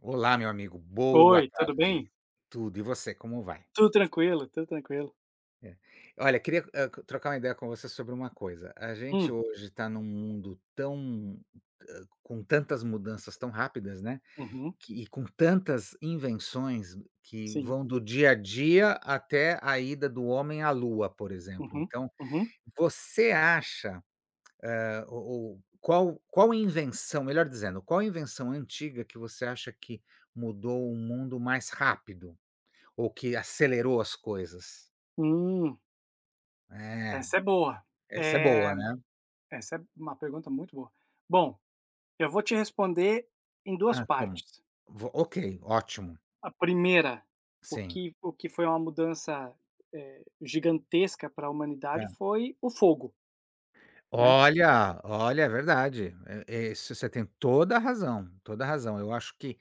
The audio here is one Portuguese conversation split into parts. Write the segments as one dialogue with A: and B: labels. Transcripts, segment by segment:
A: Olá, meu amigo, boa
B: Oi, tudo
A: tarde.
B: bem?
A: Tudo, e você, como vai?
B: Tudo tranquilo, tudo tranquilo.
A: É. Olha, queria, trocar uma ideia com você sobre uma coisa. A gente
B: Hum,
A: hoje está num mundo tão com tantas mudanças tão rápidas, né,
B: uhum,
A: que com tantas invenções que
B: sim,
A: vão do dia a dia até a ida do homem à lua, por exemplo.
B: uhum,
A: Então,
B: uhum.
A: você acha, o qual invenção, melhor dizendo, qual invenção antiga que você acha que mudou o mundo mais rápido? Ou que acelerou as coisas.
B: Hum,
A: É,
B: essa é boa.
A: essa é
B: Eh,
A: boa, né.
B: Essa é uma pergunta muito boa. Bom, eu vou te responder em 2
A: Ah, como?
B: partes.
A: Vo ok, ótimo.
B: A primeira, o
A: Sim.
B: que o que foi uma mudança, gigantesca para a humanidade
A: É.
B: foi o fogo, né.
A: Olha, olha, é verdade. É, é, isso você tem toda a razão, toda a razão. Eu acho que,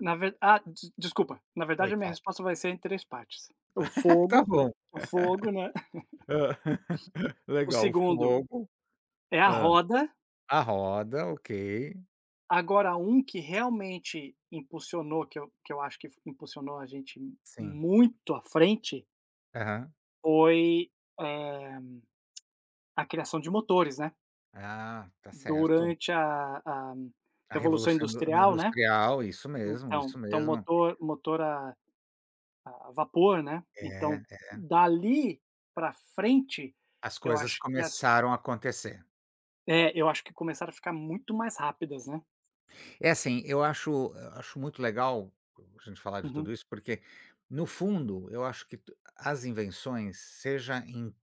B: Na ver ah, des desculpa, na
A: oi,
B: verdade a minha
A: fala.
B: resposta vai ser em 3 partes. O
A: Tá
B: fogo
A: bom.
B: o fogo, né.
A: Hã.
B: O
A: Legal, o
B: segundo
A: fogo.
B: é a
A: Hã.
B: roda.
A: A roda, ok.
B: Agora um que realmente impulsionou, que eu acho que impulsionou a gente
A: Sim.
B: muito à frente,
A: Aham.
B: foi, eh, a criação de motores, né.
A: Ah, tá certo.
B: Durante a
A: A
B: Revolução
A: revolução
B: Industrial, né,
A: industrial, isso mesmo,
B: então
A: isso
B: então
A: mesmo.
B: motor a vapor, né, então
A: É,
B: dali para frente,
A: as
B: eu
A: coisas
B: acho que as
A: começaram a acontecer.
B: é, eu acho que começaram a ficar muito mais rápidas, né.
A: É, assim, eu acho muito legal a gente falar de
B: Uhum,
A: tudo isso, porque no fundo eu acho que t as invenções, seja em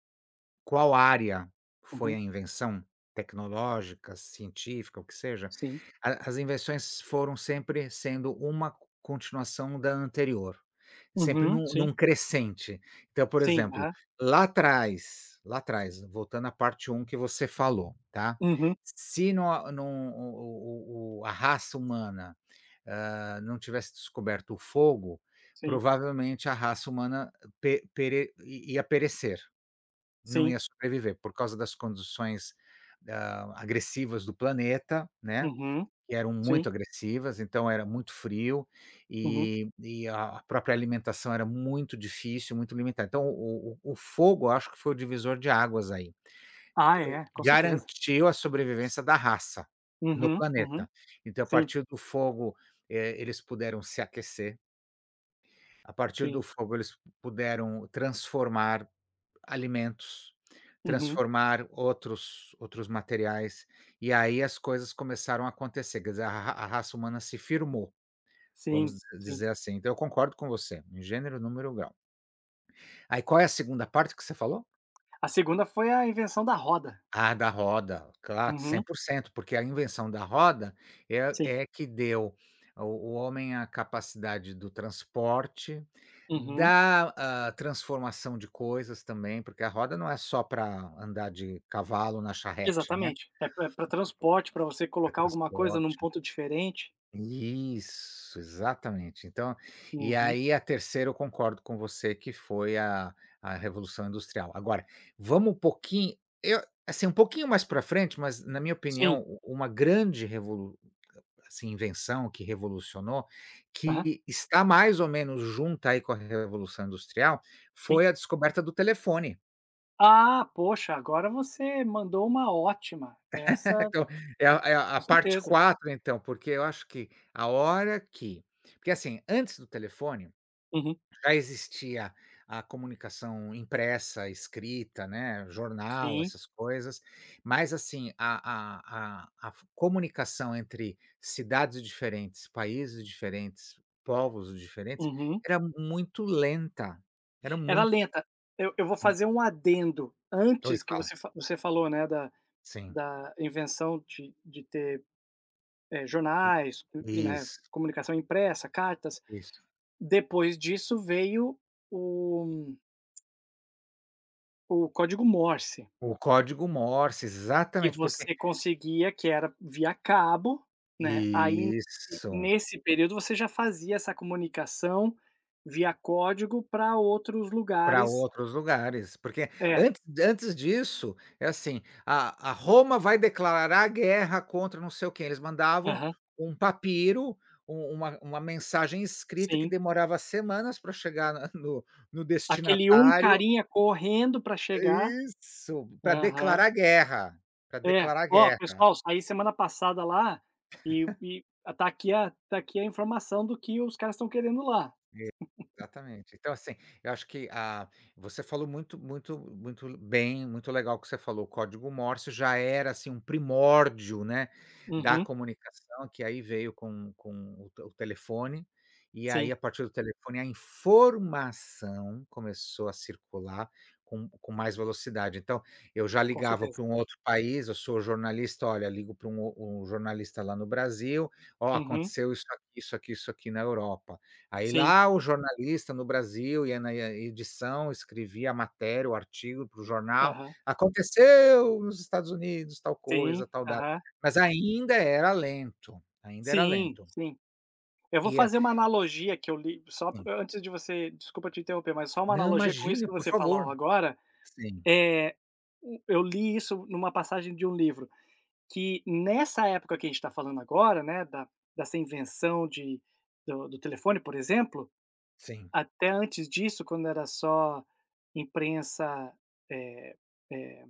A: qual área foi
B: uhum,
A: a invenção, tecnológica, científica, o que seja,
B: sim.
A: a as invenções foram sempre sendo uma continuação da anterior, sempre
B: Uhum,
A: num
B: sim,
A: num crescente. Então, por
B: sim,
A: exemplo,
B: aham.
A: lá atrás, voltando à parte um que você falou, tá,
B: Uhum,
A: se não a não o o a raça humana, não tivesse descoberto o fogo,
B: sim,
A: provavelmente a raça humana ia perecer. Não
B: sim.
A: ia sobreviver por causa das condições, agressivas do planeta, né,
B: Uhum,
A: que eram
B: sim,
A: muito agressivas, então era muito frio
B: uhum.
A: e a própria alimentação era muito difícil, muito limitada. Então o fogo, eu acho que foi o divisor de águas aí.
B: Ah, é, com certeza.
A: Garantiu a sobrevivência da raça no
B: Uhum, uhum.
A: planeta. Então, a
B: Sim,
A: partir do fogo, eles puderam se aquecer, a partir do
B: sim.
A: fogo eles puderam transformar alimentos,
B: Uhum,
A: transformar outros materiais, e aí as coisas começaram a acontecer, quer dizer, a raça humana se firmou, vamos
B: sim, sim.
A: dizer assim. Então eu concordo com você, em gênero, número, grau. Aí, qual é a segunda parte que você falou?
B: A segunda foi a invenção da roda.
A: Ah, da roda, claro, cem
B: Uhum,
A: por cento porque a invenção da roda é
B: sim.
A: é que deu ao o homem a capacidade do transporte,
B: Uhum,
A: da, transformação de coisas também, porque a roda não é só para andar de cavalo na charrete, né,
B: exatamente. É para transporte, para você
A: é
B: colocar alguma coisa num
A: transporte.
B: ponto diferente.
A: Isso, exatamente. Então, e
B: Uhum,
A: aí, a terceira, eu concordo com você que foi a, Revolução Industrial. Agora, vamos um pouquinho, eu, assim, um pouquinho mais para frente, mas, na minha opinião,
B: sim.
A: uma grande revolu assim, invenção que revolucionou,
B: Aham,
A: que está mais ou menos junta aí com a Revolução Industrial,
B: sim.
A: foi a descoberta do telefone.
B: Ah, poxa, agora você mandou uma ótima. Essa,
A: Então, é a, é
B: com
A: a parte
B: certeza.
A: 4, então, porque eu acho que a hora que. Porque, assim, antes do telefone
B: Uhum,
A: já existia a comunicação impressa, escrita, né, jornal,
B: sim,
A: essas coisas, mas, assim, a f comunicação entre cidades diferentes, países diferentes, povos diferentes,
B: uhum.
A: era muito lenta, era
B: Era
A: muito.
B: lenta. Eu vou fazer um adendo,
A: Oi,
B: antes que
A: fala.
B: você falou, né, da
A: Sim.
B: invenção de ter, jornais e, né,
A: Isso,
B: comunicação impressa, cartas.
A: isso.
B: Depois disso veio o o código Morse,
A: O código Morse,
B: que
A: exatamente, porque.
B: você conseguia que era via cabo, né, aí
A: Isso.
B: nesse período você já fazia essa comunicação via código para outros
A: Para
B: lugares.
A: outros lugares, porque
B: É,
A: antes disso, é assim, a Roma vai declarar guerra contra não sei o quem, eles mandavam
B: aham,
A: um papiro, uma mensagem escrita que
B: sim.
A: demorava semanas para chegar na no
B: Aquele um
A: destinatário.
B: carinha correndo para chegar.
A: Isso, para
B: Aham.
A: declarar guerra, para
B: É.
A: declarar
B: "Ó,
A: guerra.
B: pessoal, saí semana passada lá e tá aqui a informação do que os caras estão querendo lá".
A: Exatamente. Então, assim, eu acho que, a você falou muito, muito, muito bem, muito legal que você falou, o código Morse já era, assim, um primórdio, né, da
B: Uhum.
A: comunicação, que aí veio com com o telefone, e aí
B: Sim,
A: a partir do telefone a informação começou a circular com mais velocidade. Então, eu já
B: com
A: ligava
B: certeza.
A: para um outro país, eu sou jornalista, olha, ligo para um o um jornalista lá no Brasil, "Ó,
B: Uhum.
A: aconteceu isso aqui, isso aqui, isso aqui na Europa". Aí
B: Sim.
A: lá o jornalista no Brasil ia na edição, escrevia a matéria, o artigo para o jornal,
B: Aham.
A: aconteceu nos Estados Unidos tal coisa,
B: Sim.
A: tal data,
B: Aham.
A: mas ainda era lento, ainda era
B: Sim,
A: lento.
B: sim. Eu vou
A: E a
B: fazer uma analogia que eu li só p
A: Sim.
B: antes de você, desculpa te interromper, mas só uma
A: Não,
B: analogia com isso
A: imagina,
B: que
A: por
B: você falou
A: favor.
B: agora.
A: Sim,
B: É, o eu li isso numa passagem de um livro, que nessa época que a gente está falando agora, né, da dessa invenção de do telefone, por exemplo.
A: sim.
B: Até antes disso, quando era só imprensa, eh eh,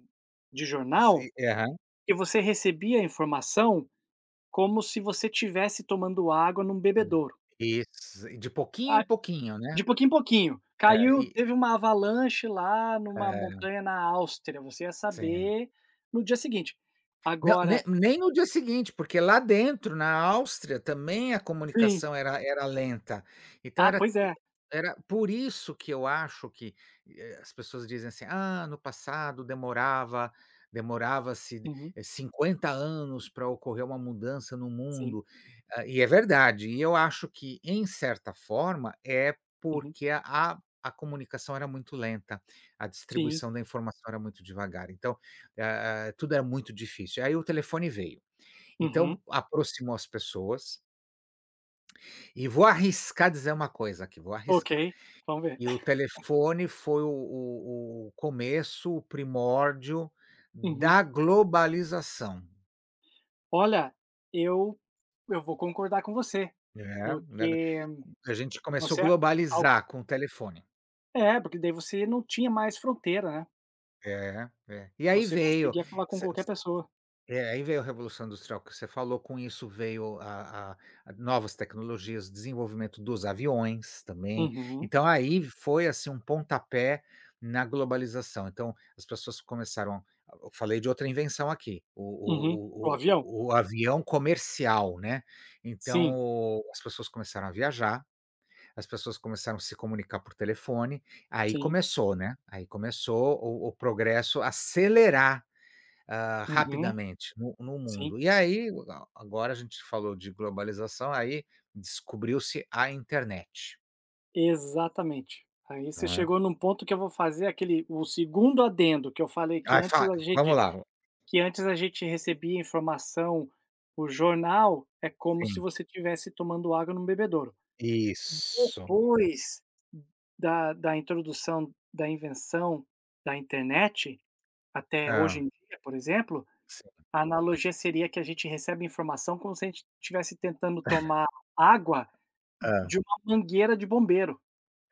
B: de
A: Isso,
B: jornal,
A: e aham.
B: que você recebia a informação como se você tivesse tomando água num bebedouro.
A: Isso, de pouquinho
B: Ah,
A: em pouquinho,
B: de
A: né.
B: pouquinho em pouquinho. Caiu,
A: Aí
B: teve uma avalanche lá numa
A: é,
B: montanha na Áustria, você ia
A: sim.
B: saber no dia seguinte.
A: Não, ne
B: Agora
A: nem no dia seguinte, porque lá dentro, na Áustria, também a
B: sim.
A: comunicação era lenta. Então
B: Ah,
A: era
B: pois
A: tu
B: é.
A: era por isso que eu acho que, as pessoas dizem assim: "Ah, no passado demorava-se,
B: Uhum.
A: 50 anos para ocorrer uma mudança no
B: Sim.
A: mundo". Ah, e é verdade, e eu acho que, em certa forma, é,
B: Uhum.
A: porque a comunicação era muito lenta, a
B: Sim.
A: distribuição da informação era muito devagar. Então, tudo era muito difícil. Aí o telefone veio.
B: Uhum.
A: Então, aproximou as pessoas, e vou arriscar dizer uma coisa aqui, vou
B: Ok,
A: arriscar.
B: vamos ver.
A: E o telefone foi o começo, o primórdio
B: Uhum.
A: da globalização,
B: Olha, eu eu vou concordar com você,
A: né, da
B: porque
A: a gente começou a
B: você al
A: globalizar com o telefone.
B: é, porque daí você não tinha mais fronteira, né,
A: É, é. E aí
B: você
A: veio,
B: conseguia falar com qualquer pessoa.
A: é, aí veio a Revolução Industrial que você falou, com isso veio a, a novas tecnologias, desenvolvimento dos aviões também.
B: Uhum,
A: Então aí foi, assim, um pontapé na globalização. Então, as pessoas começaram, eu falei de outra invenção aqui, o
B: uhum. O
A: o o
B: avião?
A: o o avião comercial, né. Então,
B: Sim,
A: as pessoas começaram a viajar, as pessoas começaram a se comunicar por telefone, aí
B: sim.
A: começou, né, aí começou o progresso a acelerar. Ah,
B: Uhum,
A: rapidamente no
B: sim.
A: mundo. E aí, a agora a gente falou de globalização, aí descobriu-se a internet,
B: Exatamente. Aí você
A: não é.
B: chegou num ponto que eu vou fazer aquele o segundo adendo que eu falei que
A: Ai,
B: antes
A: fa
B: a
A: vamos
B: gente
A: lá.
B: que antes a gente recebia informação o jornal, é como se
A: Sim,
B: você estivesse tomando água num bebedouro.
A: isso.
B: Depois da introdução da invenção da internet, até hoje em
A: Hã,
B: dia, por exemplo,
A: sim,
B: a analogia seria que a gente recebe informação como se a gente estivesse tentando tomar água
A: hã.
B: de uma mangueira de bombeiro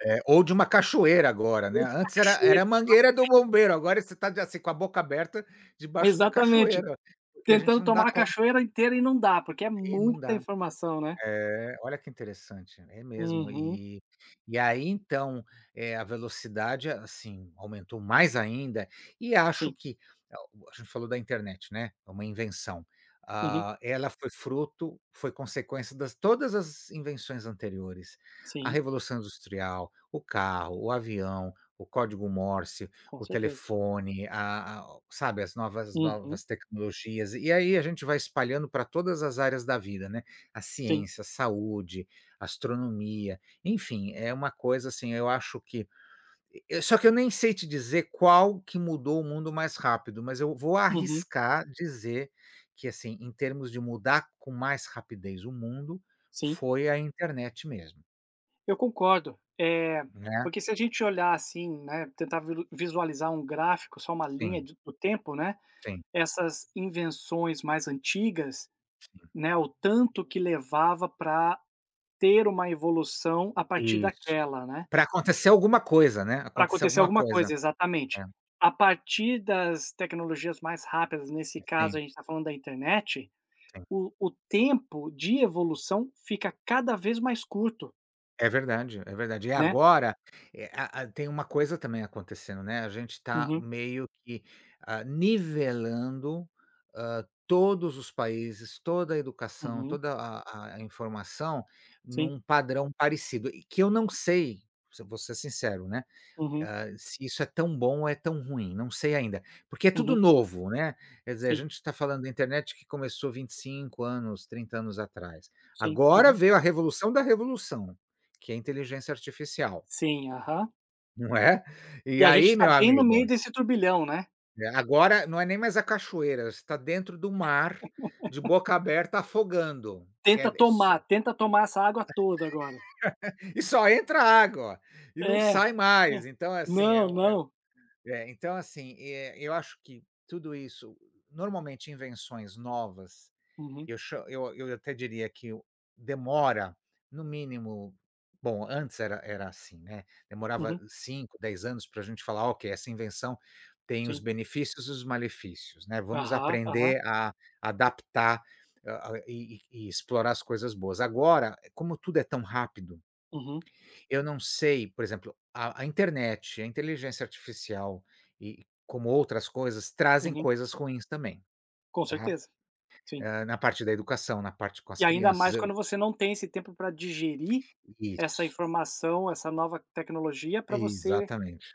A: É, ou de uma cachoeira agora,
B: ou
A: né,
B: de uma
A: antes era
B: cachoeira.
A: a mangueira do bombeiro, agora você está assim, com a boca aberta debaixo da
B: Exatamente.
A: cachoeira, porque a gente
B: Tentando
A: não dá
B: tomar a
A: conta
B: cachoeira inteira e não dá, porque é
A: e não
B: muita
A: dá.
B: informação, né.
A: É, olha que interessante, é mesmo.
B: Uhum.
A: E aí então, a velocidade, assim, aumentou mais ainda, e acho
B: Sim.
A: que é, a gente falou da internet, né, é uma invenção.
B: Uhum.
A: Ah, ela foi consequência das todas as invenções anteriores. A
B: Sim,
A: Revolução Industrial, o carro, o avião, o código Morse,
B: com
A: o
B: certeza.
A: telefone, a sabe, as novas,
B: Uhum.
A: novas tecnologias. E aí a gente vai espalhando para todas as áreas da vida, né. A
B: Sim.
A: ciência, a saúde, a astronomia, enfim, é uma coisa, assim, eu acho que, eu só que eu nem sei te dizer qual que mudou o mundo mais rápido, mas eu vou
B: Uhum.
A: arriscar dizer que, assim, em termos de mudar com mais rapidez o mundo,
B: Sim.
A: foi a internet mesmo,
B: Eu concordo,
A: né.
B: porque se a gente olhar assim, né, tentar vilu visualizar um gráfico, só uma linha
A: Sim,
B: de do tempo, né,
A: sim.
B: essas invenções mais antigas, né, o tanto que levava para ter uma evolução a partir
A: Isso.
B: daquela, né,
A: Para acontecer alguma coisa, né,
B: pra
A: acontecer
B: acontecer
A: alguma
B: alguma
A: coisa.
B: coisa, exatamente.
A: É,
B: A partir das tecnologias mais rápidas, nesse caso
A: sim,
B: a gente está falando da internet,
A: sim.
B: o tempo de evolução fica cada vez mais curto,
A: É verdade, é verdade. E
B: né.
A: agora, a tem uma coisa também acontecendo, né, a gente está
B: Uhum,
A: meio que, nivelando, todos os países, toda a educação,
B: uhum,
A: toda a informação
B: sim,
A: num padrão parecido, e que eu não sei, se eu vou ser sincero, né,
B: uhum,
A: se isso é tão bom ou é tão ruim, não sei ainda, porque é tudo
B: uhum.
A: novo, né. Quer dizer, a
B: Sim,
A: gente está falando da internet que começou 25 anos, 30 anos atrás.
B: sim,
A: Agora
B: aham.
A: veio a revolução da revolução, que é a inteligência artificial,
B: Sim, aham.
A: não é?
B: E
A: E
B: a gente
A: aí,
B: está
A: meu
B: bem no meio
A: amigo,
B: desse turbilhão, né.
A: é, agora não é nem mais a cachoeira, você está dentro do mar, de boca aberta, afogando, que é e só
B: Tenta tomar essa água toda agora.
A: e só entra água, e
B: É,
A: não
B: é.
A: sai mais. Então, assim, é
B: Não,
A: um.
B: não.
A: É, então, assim, eu acho que tudo isso, normalmente invenções novas,
B: Uhum,
A: eu cha eu até diria que o demora no mínimo, bom, antes era assim, né, demorava
B: uhum,
A: 5, 10 anos para a gente falar: "Ok, essa invenção tem os
B: sim.
A: benefícios e os malefícios, né, vamos
B: Aham, aham.
A: aprender a adaptar, hã, e e explorar as coisas boas". Agora, como tudo é tão rápido,
B: Uhum,
A: eu não sei, por exemplo, a internet, a inteligência artificial e como outras coisas, trazem
B: uhum.
A: coisas ruins também,
B: Com
A: tá.
B: certeza, sim.
A: Hã, na parte da educação, na parte com
B: E
A: as
B: ainda
A: crianças,
B: mais
A: eu
B: quando você não tem esse tempo para digerir essa
A: isso,
B: informação, essa nova tecnologia para você
A: exatamente,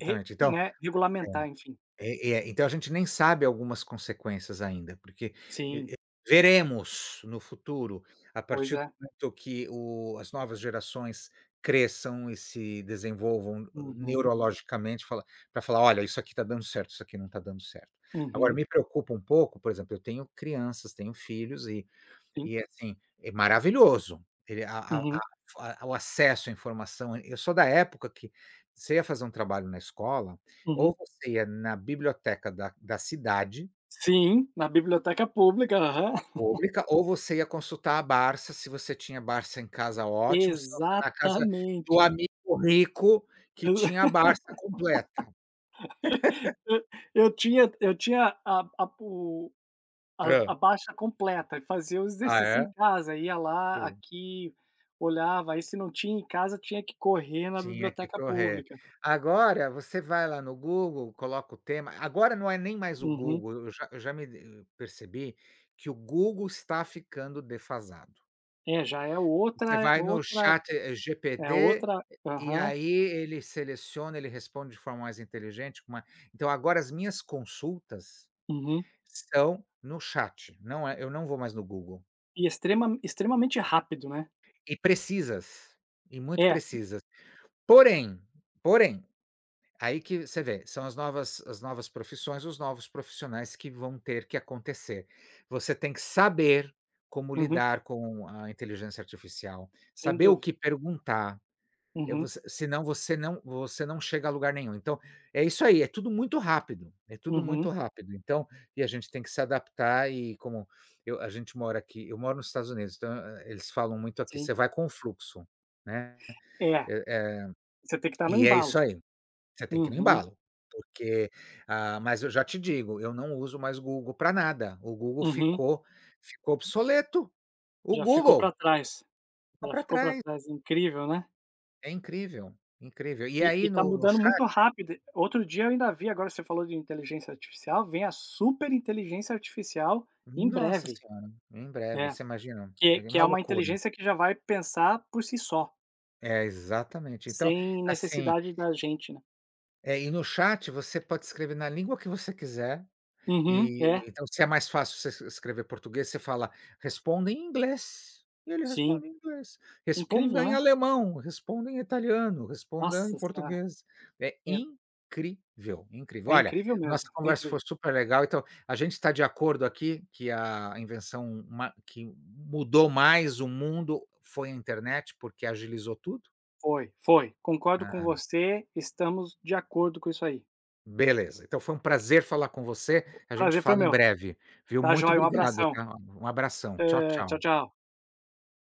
B: re
A: Então
B: né, regulamentar, enfim.
A: é. É, então a gente nem sabe algumas consequências ainda, porque e
B: Sim,
A: e veremos no futuro, a
B: pois
A: partir do
B: é.
A: momento que o as novas gerações cresçam e se desenvolvam,
B: Uhum,
A: neurologicamente, falar: "Olha, isso aqui está dando certo, isso aqui não está dando certo". Agora
B: uhum,
A: me preocupa um pouco, por exemplo, eu tenho crianças, tenho filhos, e
B: sim,
A: e assim, é maravilhoso. Ele
B: uhum,
A: a o acesso à informação, eu sou da época que você ia fazer um trabalho na escola,
B: uhum.
A: ou você ia na biblioteca da cidade,
B: Sim, na biblioteca pública, aham.
A: pública, ou você ia consultar a Barça, se você tinha Barça em casa, ótimo, senão você ia na casa do
B: Exatamente.
A: amigo rico que
B: Eu
A: tinha a Barça completa.
B: eu tinha a
A: Hã.
B: baixa completa, fazia o
A: Ah,
B: exercício em
A: é?
B: casa, ia lá,
A: Hum.
B: aqui, olhava, aí se não tinha em casa tinha que correr na
A: Tinha que
B: biblioteca
A: correr.
B: pública.
A: Agora você vai lá no Google, coloca o tema, agora não é nem mais o
B: Uhum.
A: Google, eu já me de percebi que o Google está ficando defasado.
B: É, já é
A: Você vai no
B: outra
A: Chat
B: é
A: GPT,
B: outra
A: e
B: aham,
A: aí ele seleciona, ele responde de forma mais inteligente, com uma. Então, agora as minhas consultas
B: uhum.
A: são no chat, não é, eu não vou mais no Google.
B: E extremamente rápido, né.
A: E precisas, e muito
B: É,
A: precisas. Porém, porém, aí que você vê, são as novas profissões, os novos profissionais que vão ter que acontecer. Você tem que saber como
B: uhum,
A: lidar com a inteligência artificial,
B: sem
A: saber o
B: dúvida.
A: que perguntar,
B: Uhum,
A: você senão você não chega a lugar nenhum. Então, é isso aí, é tudo muito rápido, é tudo muito
B: uhum,
A: rápido. Então, a gente tem que se adaptar, e como eu, a gente mora aqui, eu moro nos Estados Unidos, então, eles falam muito aqui:
B: sim.
A: "Você vai com o fluxo", né.
B: É,
A: Eh eh,
B: você tem que estar no
A: e é isso
B: embalo.
A: aí. Você tem que ir no
B: Uhum,
A: embalo, porque, mas eu já te digo, eu não uso mais Google para nada, o Google
B: uhum.
A: ficou obsoleto, o
B: Já ficou para
A: Google
B: trás,
A: ficou
B: já
A: para
B: ficou para
A: trás,
B: trás, incrível, né.
A: é incrível, incrível. E
B: E
A: aí,
B: tá
A: no
B: mudando
A: chat.
B: muito rápido. Outro dia eu ainda vi, agora você falou de inteligência artificial, vem a super inteligência artificial em
A: Nossa
B: breve.
A: senhora, em breve,
B: É,
A: você imagina, é
B: que
A: uma
B: é uma
A: loucura.
B: inteligência que já vai pensar por si só,
A: É, exatamente. Então,
B: sem
A: assim,
B: necessidade da gente, né.
A: e no chat você pode escrever na língua que você quiser.
B: Uhum,
A: E
B: é,
A: então, se é mais fácil você escrever português, você fala: "Responda em inglês", e ele
B: sim.
A: responde em inglês.
B: Incrível,
A: "Responda em
B: né.
A: alemão", responda em italiano, responda em
B: Nossa senhora,
A: português. É
B: é
A: incrível, incrível.
B: é
A: Olha,
B: incrível
A: nossa
B: mesmo, é
A: conversa foi
B: incrível.
A: super legal, então a gente está de acordo aqui que a invenção ma que mudou mais o mundo foi a internet, porque agilizou tudo,
B: Foi, foi, concordo com
A: né.
B: você, estamos de acordo com isso aí.
A: Beleza, então foi um prazer falar com você, a gente
B: Prazer foi
A: fala em
B: meu.
A: breve, viu.
B: Tá
A: Muito
B: joia, um
A: obrigado,
B: abração.
A: tá. Um abração. Tchau,
B: Hã, tchau,
A: tchau.
B: tchau.